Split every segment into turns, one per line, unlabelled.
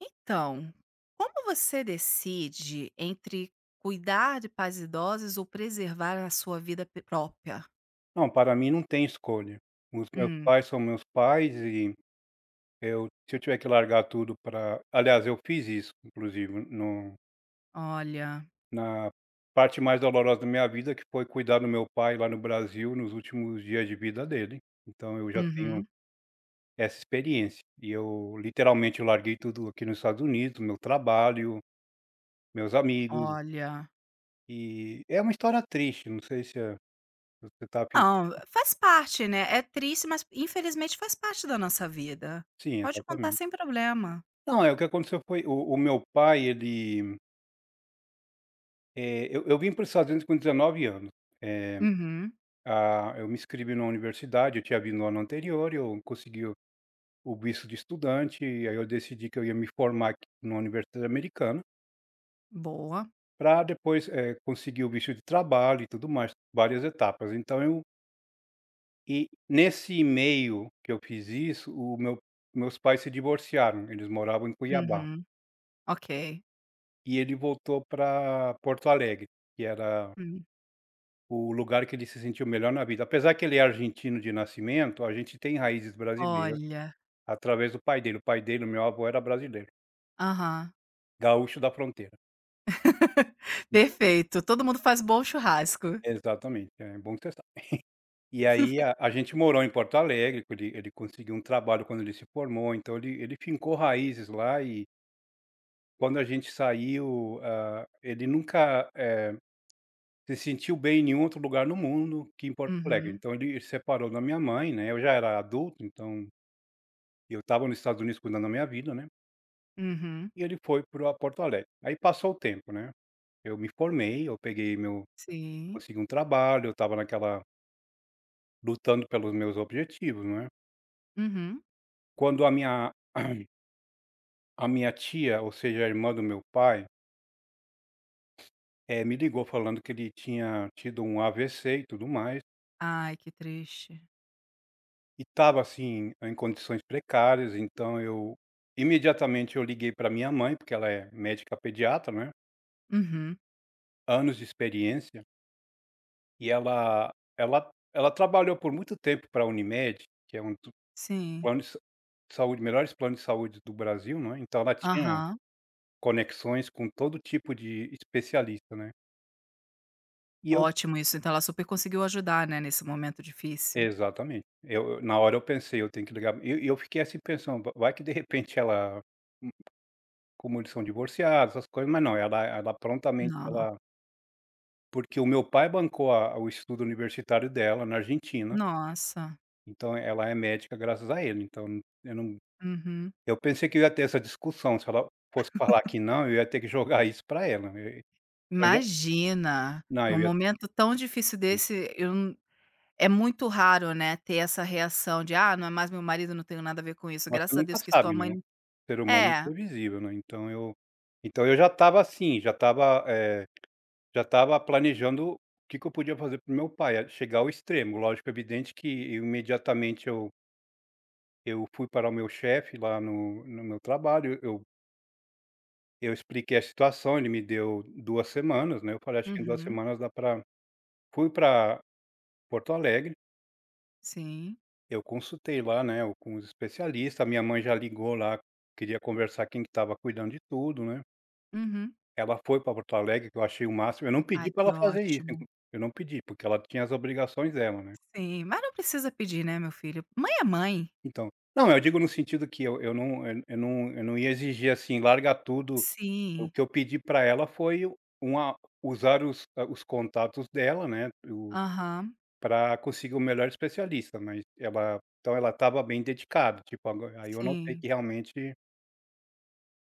Então, como você decide entre cuidar de pais idosos ou preservar a sua vida própria?
Não, para mim não tem escolha. Os meus
Hum,
pais são meus pais. E eu se eu tiver que largar tudo para, aliás, eu fiz isso inclusive no
olha,
na parte mais dolorosa da minha vida, que foi cuidar do meu pai lá no Brasil nos últimos dias de vida dele. Então eu já tenho
uhum,
essa experiência. E eu literalmente larguei tudo aqui nos Estados Unidos, meu trabalho, meus amigos,
olha.
e é uma história triste, não sei se você está...
Não, faz parte, né? É triste, mas infelizmente faz parte da nossa vida.
Sim,
Pode contar
exatamente.
sem problema.
Não, é o que aconteceu foi o meu pai, ele... Eu vim para os Estados Unidos com 19 anos. Eh,
Uhum,
eu me inscrevi na universidade, eu tinha vindo no ano anterior, eu consegui o visto de estudante, e aí eu decidi que eu ia me formar aqui numa universidade americana,
boa.
para depois, conseguir o visto de trabalho e tudo mais, várias etapas. Então eu e nesse meio que eu fiz isso, o meu meus pais se divorciaram, eles moravam em Cuiabá,
Uhum, ok.
e ele voltou para Porto Alegre, que era
Hum,
o lugar que ele se sentiu melhor na vida. Apesar que ele é argentino de nascimento, a gente tem raízes brasileiras
olha,
através do pai dele. O pai dele, o meu avô, era brasileiro,
aham.
gaúcho da fronteira.
Perfeito. Todo mundo faz bom churrasco.
Exatamente, é bom que você sabe. E aí a gente morou em Porto Alegre, ele conseguiu um trabalho quando ele se formou, então ele fincou raízes lá. E quando a gente saiu, ele nunca, se sentiu bem em nenhum outro lugar no mundo que em Porto Alegre.
Uhum,
Então ele se separou da minha mãe, né, eu já era adulto, então eu estava nos Estados Unidos cuidando da minha vida, né.
uhum,
E ele foi para Porto Alegre. Aí passou o tempo, né, eu me formei, eu peguei meu
sim.
consegui um trabalho, eu estava naquela, lutando pelos meus objetivos, né.
Uhum.
Quando a minha a minha tia, ou seja, a irmã do meu pai, me ligou falando que ele tinha tido um AVC e tudo mais,
Ai, que triste.
e estava, assim, em condições precárias. Então eu, imediatamente, eu liguei para minha mãe, porque ela é médica pediatra, né,
Uhum,
anos de experiência. E ela ela trabalhou por muito tempo para a Unimed, que é um dos...
sim.
Plano de sa saúde, melhores planos de saúde do Brasil, não é? Então ela tinha
Aham.
conexões com todo tipo de especialista, né. E eu
Ótimo isso, então ela super conseguiu ajudar, né, nesse momento difícil.
exatamente. Eu na hora eu pensei: "Eu tenho que ligar", e eu fiquei assim pensando: "Va vai que de repente ela... Como eles são divorciados, essas coisas". Mas não, ela prontamente,
Não.
ela... porque o meu pai bancou a o estudo universitário dela na Argentina,
Nossa,
então ela é médica graças a ele, então eu não
uhum.
eu pensei que eu ia ter essa discussão, se ela fosse falar que não, eu ia ter que jogar isso para ela, eu já...
Imagina,
Não,
num
eu ia...
momento tão difícil desse, eu n é muito raro, né, ter essa reação de: "Ah, não é mais meu marido, não tenho nada a ver com isso,
Mas
graças
você
a
nunca
Deus que sua
sabe, né,
mãe".
o ser humano é
É,
imprevisível, né, então eu... Então eu já estava assim, já estava, já estava planejando o que que eu podia fazer para meu pai, a chegar ao extremo. Lógico, evidente que eu, imediatamente, eu fui para o meu chefe lá no meu trabalho, eu expliquei a situação, ele me deu 2 semanas, né, eu falei: "Acho que em 2
uhum,
semanas dá para..." Fui para Porto Alegre,
sim,
eu consultei lá, né, com os especialistas, a minha mãe já ligou lá, queria conversar quem que estava cuidando de tudo, né.
uhum.
Ela foi para Porto Alegre, que eu achei o máximo. Eu não
Ai,
pedi para
que
ela fazer isso,
ótimo.
inclu... Eu não pedi, porque ela tinha as obrigações dela, né.
Sim, mas não precisa pedir, né, meu filho. Mãe é mãe.
Então não, eu digo no sentido que eu não eu eu não ia exigir, assim, larga tudo. O
Sim,
que eu pedi para ela foi o... uma... usar os... a os contatos dela, né,
aham,
para conseguir o melhor especialista. Mas ela... então ela estava bem dedicada, tipo, agora aí eu notei
sim.
que realmente...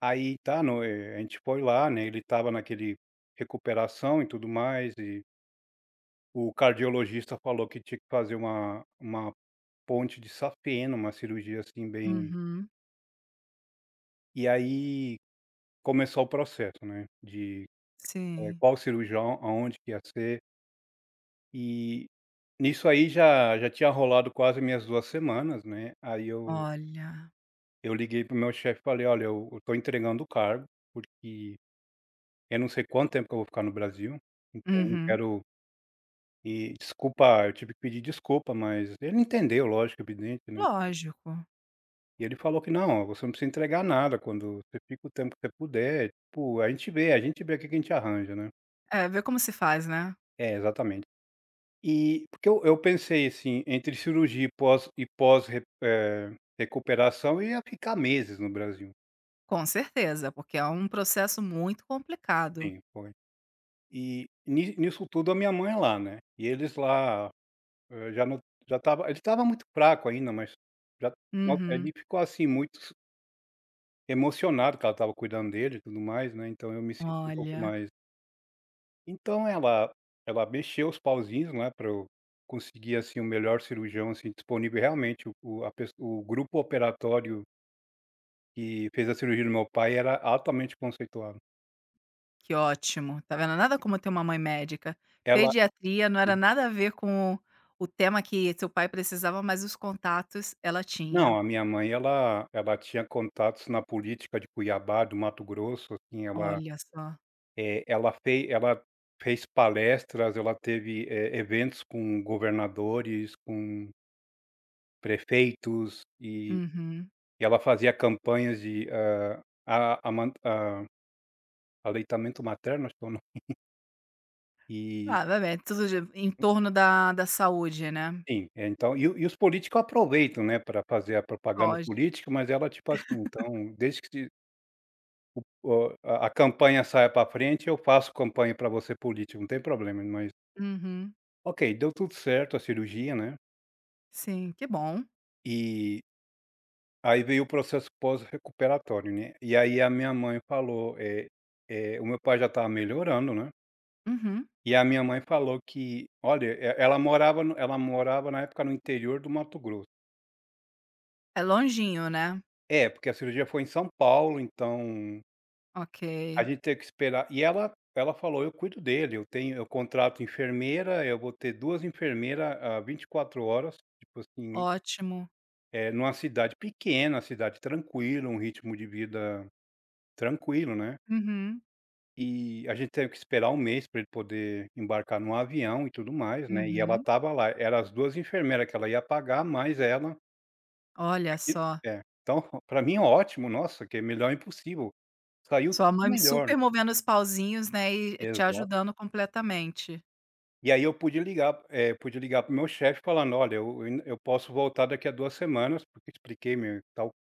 Aí tá, no a gente foi lá, né, ele estava naquele recuperação e tudo mais. O cardiologista falou que tinha que fazer uma... uma ponte de safena, uma cirurgia, assim, bem...
Uhum,
E aí começou o processo, né, de
sim.
qual cirurgião, aonde que ia ser, e nisso aí já tinha rolado quase minhas 2 semanas, né, aí eu...
Olha.
Eu liguei pro meu chefe e falei: "Olha, eu tô entregando o cargo, porque eu não sei quanto tempo que eu vou ficar no Brasil, então eu não
Uhum.
quero... e desculpa". Eu tive que pedir desculpa, mas ele entendeu, lógico, evidente, né.
Lógico.
E ele falou que: "Não, você não precisa entregar nada, quando você fica o tempo que você puder, tipo, a gente vê o que que a gente arranja, né".
É, ver como se faz, né.
É, exatamente. E porque eu pensei, assim, entre cirurgia e pós e recuperação, eu ia ficar meses no Brasil.
Com certeza, porque é um processo muito complicado.
Sim, foi. E ni nisso tudo a minha mãe é lá, né, e eles lá, já não... já estava... ele estava muito fraco ainda, mas já... no ele
Uhum.
ficou, assim, muito emocionado que ela estava cuidando dele e tudo mais, né, então eu me sinto um pouco
Olha,
mais... Então ela mexeu os pauzinhos, né, para eu conseguir, assim, o melhor cirurgião, assim, disponível. Realmente o a pes o grupo operatório que fez a cirurgia do meu pai era altamente conceituado.
que ótimo. Tá vendo, nada como ter uma mãe médica.
Ela
Pediatria não era nada a ver com o tema que seu pai precisava, mas os contatos ela tinha.
não, a minha mãe, ela tinha contatos na política de Cuiabá, do Mato Grosso, assim, ela,
Olha só.
ela fez palestras, ela teve, eventos com governadores, com prefeitos, e
Uhum.
ela fazia campanhas de, a man aleitamento materno, acho que é o nome. E
Ah, vai ver, tudo de em torno da saúde, né.
sim, então e os políticos aproveitam, né, para fazer a propaganda
Lógico.
política, mas ela, tipo assim, então desde que se o a campanha saia para frente, eu faço campanha para você, político, não tem problema, mas...
Uhum.
OK, deu tudo certo a cirurgia, né,
Sim, que bom.
e aí veio o processo pós-recuperatório, né, e aí a minha mãe falou, o meu pai já estava melhorando, né,
Uhum.
e a minha mãe falou que olha, e ela morava no ela morava na época no interior do Mato Grosso.
É longinho, né.
É, porque a cirurgia foi em São Paulo, então
Ok,
a gente teve que esperar, e ela falou: "Eu cuido dele, eu tenho... eu contrato enfermeira, eu vou ter 2 enfermeiras a 24 horas", tipo assim,
ótimo.
é numa cidade pequena, cidade tranquila, um ritmo de vida tranquilo, né.
Uhum,
E a gente teve que esperar um mês para ele poder embarcar num avião e tudo mais, né, e ela
uhum.
estava lá, era as duas enfermeira que ela ia pagar, mais ela
Olha
aqui
só,
é. Então, para mim ótimo, nossa, que é melhor impossível. Saiu
sua
tudo
mãe
melhor.
super movendo os pauzinhos, né, e te
Exato.
ajudando completamente.
E aí eu pude ligar, pude ligar para o meu chefe falando: "Olha, eu posso voltar daqui a 2 semanas", porque expliquei meu tal...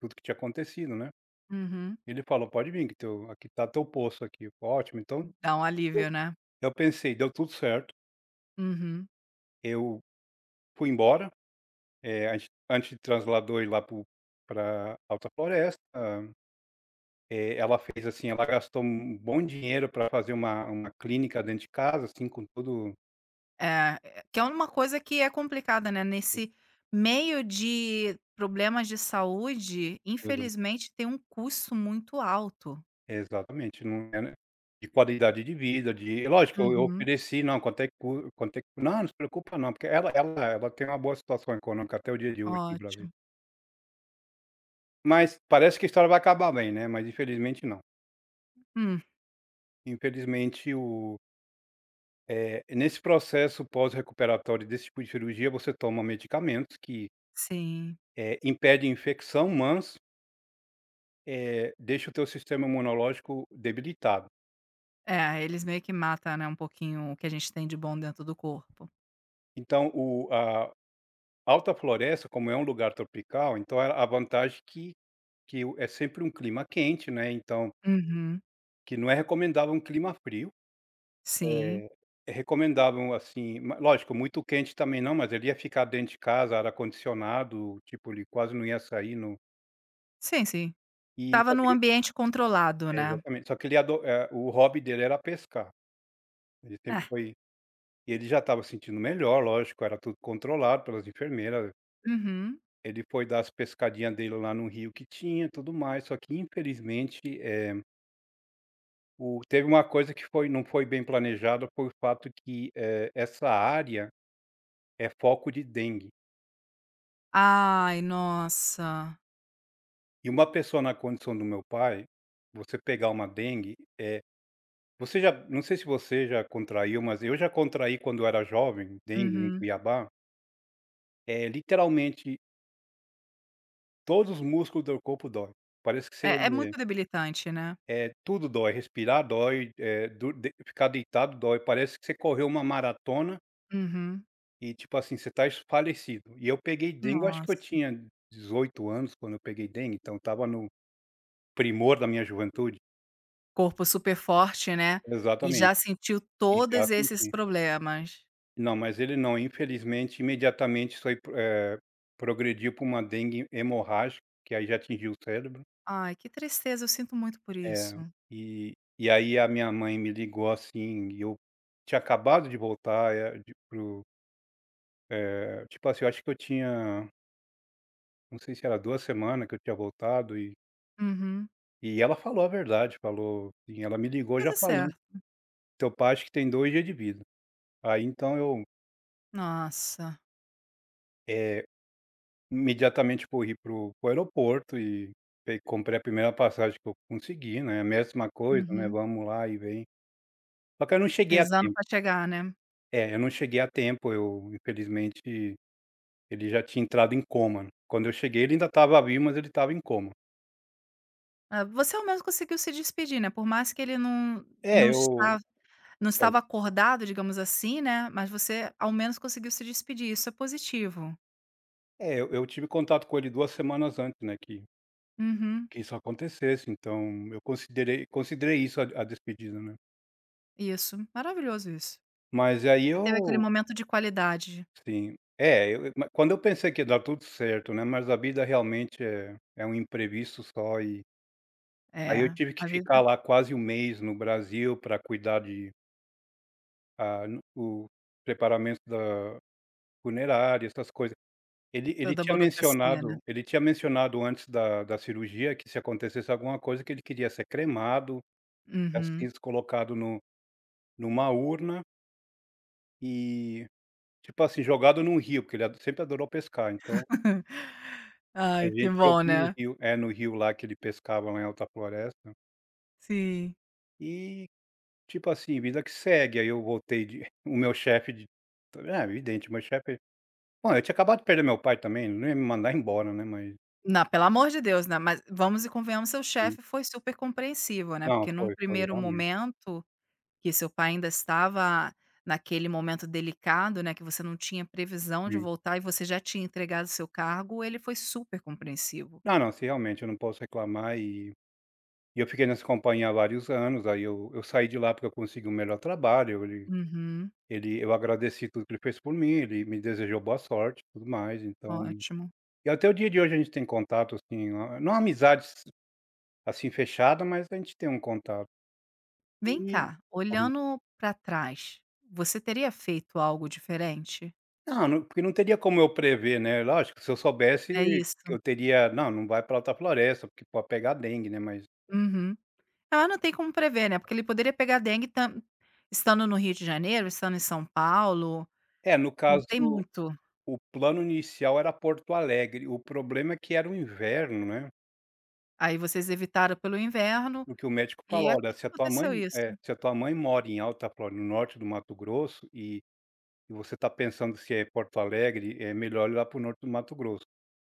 tudo que tinha acontecido, né.
Uhum.
Ele falou: "Pode vir que teu... aqui tá teu posto aqui". Eu falei: "Ótimo, então..."
Dá um
eu
alívio, né.
Eu pensei, deu tudo certo,
Uhum.
eu fui embora, a gente trasladou ele lá para Alta Floresta, ela fez assim, ela gastou um bom dinheiro para fazer uma... uma clínica dentro de casa, assim, com tudo...
É, eh, que é uma coisa que é complicada, né, nesse meio de problemas de saúde, infelizmente tem um custo muito alto.
Exatamente, não é, né, de qualidade de vida, de... Lógico, eu
Uhum,
ofereci: "Não, quanto é que" "Não, não se preocupa, não", porque ela tem uma boa situação econômica até o dia de hoje no Brasil.
ótimo.
Mas parece que a história vai acabar bem, né, mas infelizmente não.
Hum,
Infelizmente o... nesse processo pós-recuperatório desse tipo de cirurgia, você toma medicamentos que,
sim.
impedem infecção, mas, deixa o teu sistema imunológico debilitado.
É, eles meio que matam, né, um pouquinho o que a gente tem de bom dentro do corpo.
Então o... a Alta Floresta, como é um lugar tropical, então a vantagem que... que o é sempre um clima quente, né, então,
Uhum.
que não é recomendável um clima frio,
Sim.
eh, é recomendável, assim... ma, lógico, muito quente também não, mas ele ia ficar dentro de casa, ar-condicionado, tipo, ele quase não ia sair no...
Sim, sim.
E
Estava
só que
num
ele...
ambiente controlado,
É,
né.
exatamente, só que ele o hobby dele era pescar. Ele sempre
É.
foi... E ele já estava sentindo melhor, lógico, era tudo controlado pelas enfermeiras.
Uhum.
Ele foi dar as pescadinhas dele lá no rio que tinha, tudo mais, só que infelizmente, o... teve uma coisa que foi... não foi bem planejada, foi o fato que, essa área é foco de dengue.
Ai, nossa.
E uma pessoa na condição do meu pai, você pegar uma dengue... você já... não sei se você já contraiu, mas eu já contraí quando eu era jovem, dengue em
Uhum.
Cuiabá, literalmente todos os músculos do corpo dói. Parece que você.
É é muito debilitante, né.
É, tudo dói, respirar dói, do de ficar deitado dói, parece que você correu uma maratona
Uhum.
e, tipo assim, você tá esfalecido. E eu peguei dengue, eu acho que eu
Nossa.
tinha 18 anos quando eu peguei dengue, então tava no primor da minha juventude.
Corpo super forte, né, e
Exatamente,
já sentiu
e já
todos esses
senti.
problemas.
Não, mas ele não, infelizmente, imediatamente isso aí, progrediu pra uma dengue hemorrágica, que aí já atingiu o cérebro.
Ai, que tristeza, eu sinto muito por isso.
É, e e aí a minha mãe me ligou, assim, e eu tinha acabado de voltar, tipo assim, eu acho que eu tinha, não sei se era 2 semanas que eu tinha voltado e
Uhum.
ela falou a verdade, falou assim, ela me ligou
Mas
já
é
falando:
certo.
"Teu pai acho que tem 2 dias de vida". Aí então eu,
Nossa.
eh, imediatamente corri para pro aeroporto e pe comprei a primeira passagem que eu consegui, né. A mesma coisa, né,
Uhum.
vamos lá e vem. Só que eu não cheguei a
Rezando
tempo.
pra chegar, né.
É, eu não cheguei a tempo, eu infelizmente ele já tinha entrado em coma, né. Quando eu cheguei ele ainda estava vivo, mas ele estava em coma.
Hã, você ao menos conseguiu se despedir, né, por mais que ele não
É,
não
eu
estava não
é.
estava acordado, digamos assim, né, mas você ao menos conseguiu se despedir, isso é positivo.
É, eu tive contato com ele 2 semanas antes, né,
Uhum,
que isso acontecesse, então eu considerei isso a despedida, né.
isso, maravilhoso isso.
Mas aí
Você teve aquele
eu
momento de qualidade.
sim. É, eu ma quando eu pensei que ia dar tudo certo, né, mas a vida realmente é um imprevisto só e
É,
aí eu tive que
a vida
ficar lá quase um mês no Brasil para cuidar de, ah, no o preparamento da funerária, essas coisas.
toda burocracia, né.
Ele tinha mencionado antes da cirurgia que se acontecesse alguma coisa que ele queria ser cremado.
Uhum.
Assis Colocado no numa urna e, tipo assim, jogado num rio, porque ele ado sempre adorou pescar, então a
Ai, que
gente
bom,
jogou no
né.
rio, é, no rio lá que ele pescava lá em Alta Floresta,
Sim.
e, tipo assim, vida que segue. Aí eu voltei de o meu chefe meu chefe, bom, eu tinha acabado de perder meu pai também, ele não ia me mandar embora, né, mas
Não, pelo amor de Deus, né, mas vamos e convenhamos, seu
hum,
chefe foi super compreensivo, né,
não,
porque num
foi, foi,
primeiro
realmente,
momento que seu pai ainda estava naquele momento delicado, né, que você não tinha previsão de
sim.
voltar e você já tinha entregado seu cargo, ele foi super compreensivo.
Não, não, sim, realmente, eu não posso reclamar e eu fiquei nessa companhia há vários anos, aí eu saí de lá porque eu consegui um melhor trabalho, ele.
Uhum,
Eu agradeci tudo que ele fez por mim, ele me desejou boa sorte tudo mais, então
ótimo.
e até o dia de hoje a gente tem contato, assim, hã, não amizades, assim, fechada, mas a gente tem um contato.
Vem
E
cá,
aham.
olhando para trás, você teria feito algo diferente?
Não, não porque não teria como eu prever, né, lógico, se eu soubesse
É isso.
que eu teria: "Não, não vai para outra floresta, porque pode pegar dengue", né, mas
Uhum. Ela não tem como prever, né, porque ele poderia pegar dengue tam estando no Rio de Janeiro, estando em São Paulo,
é, no
não tem
caso,
muito.
o plano inicial era Porto Alegre, o problema é que era o inverno, né,
Aí vocês evitaram pelo inverno
o que o médico
e
falou:
ac
"Olha, se a tua mãe",
aconteceu isso.
é, "se a tua mãe mora em Alta Floresta no norte do Mato Grosso e". E você está pensando se é Porto Alegre, é melhor ir lá para o norte do Mato Grosso.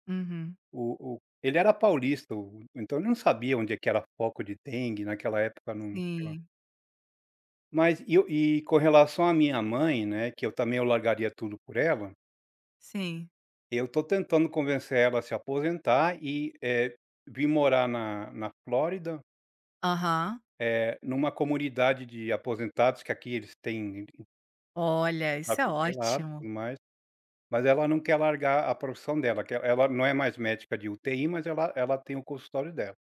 Uhum,
O ele era paulista, o então ele não sabia onde é que era foco de dengue, naquela época não,
sim.
mas e eu e com relação à minha mãe, né, que eu também eu largaria tudo por ela,
Sim.
eu estou tentando convencer ela a se aposentar e, vir morar na Flórida,
Aham.
numa comunidade de aposentados que aqui eles têm,
Olha,
pra
isso é
todo é lado,
ótimo.
tudo mais. Mas ela não quer largar a profissão dela, que ela não é mais médica de UTI, mas ela tem o consultório dela.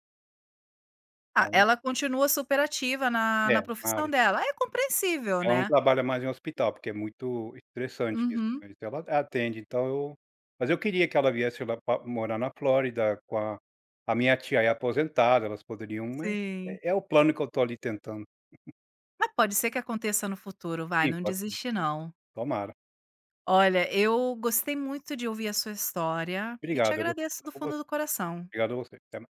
Ah,
Aí
ela continua super ativa na
é, na
profissão
área.
dela. É compreensível,
Ela não
né.
trabalha mais em hospital, porque é muito estressante isso,
Uhum.
mas ela atende, então eu mas eu queria que ela viesse lá pra morar na Flórida com a minha tia é aposentada, elas poderiam, mas
Sim.
é o plano que eu tô ali tentando.
Mas pode ser que aconteça no futuro, vai,
Sim,
não
pode sim,
desiste não.
tomara.
Olha, eu gostei muito de ouvir a sua história e te
Obrigado, eu gostei de
agradeço
falar
do
com
fundo
você.
do coração.
Obrigado a você. Até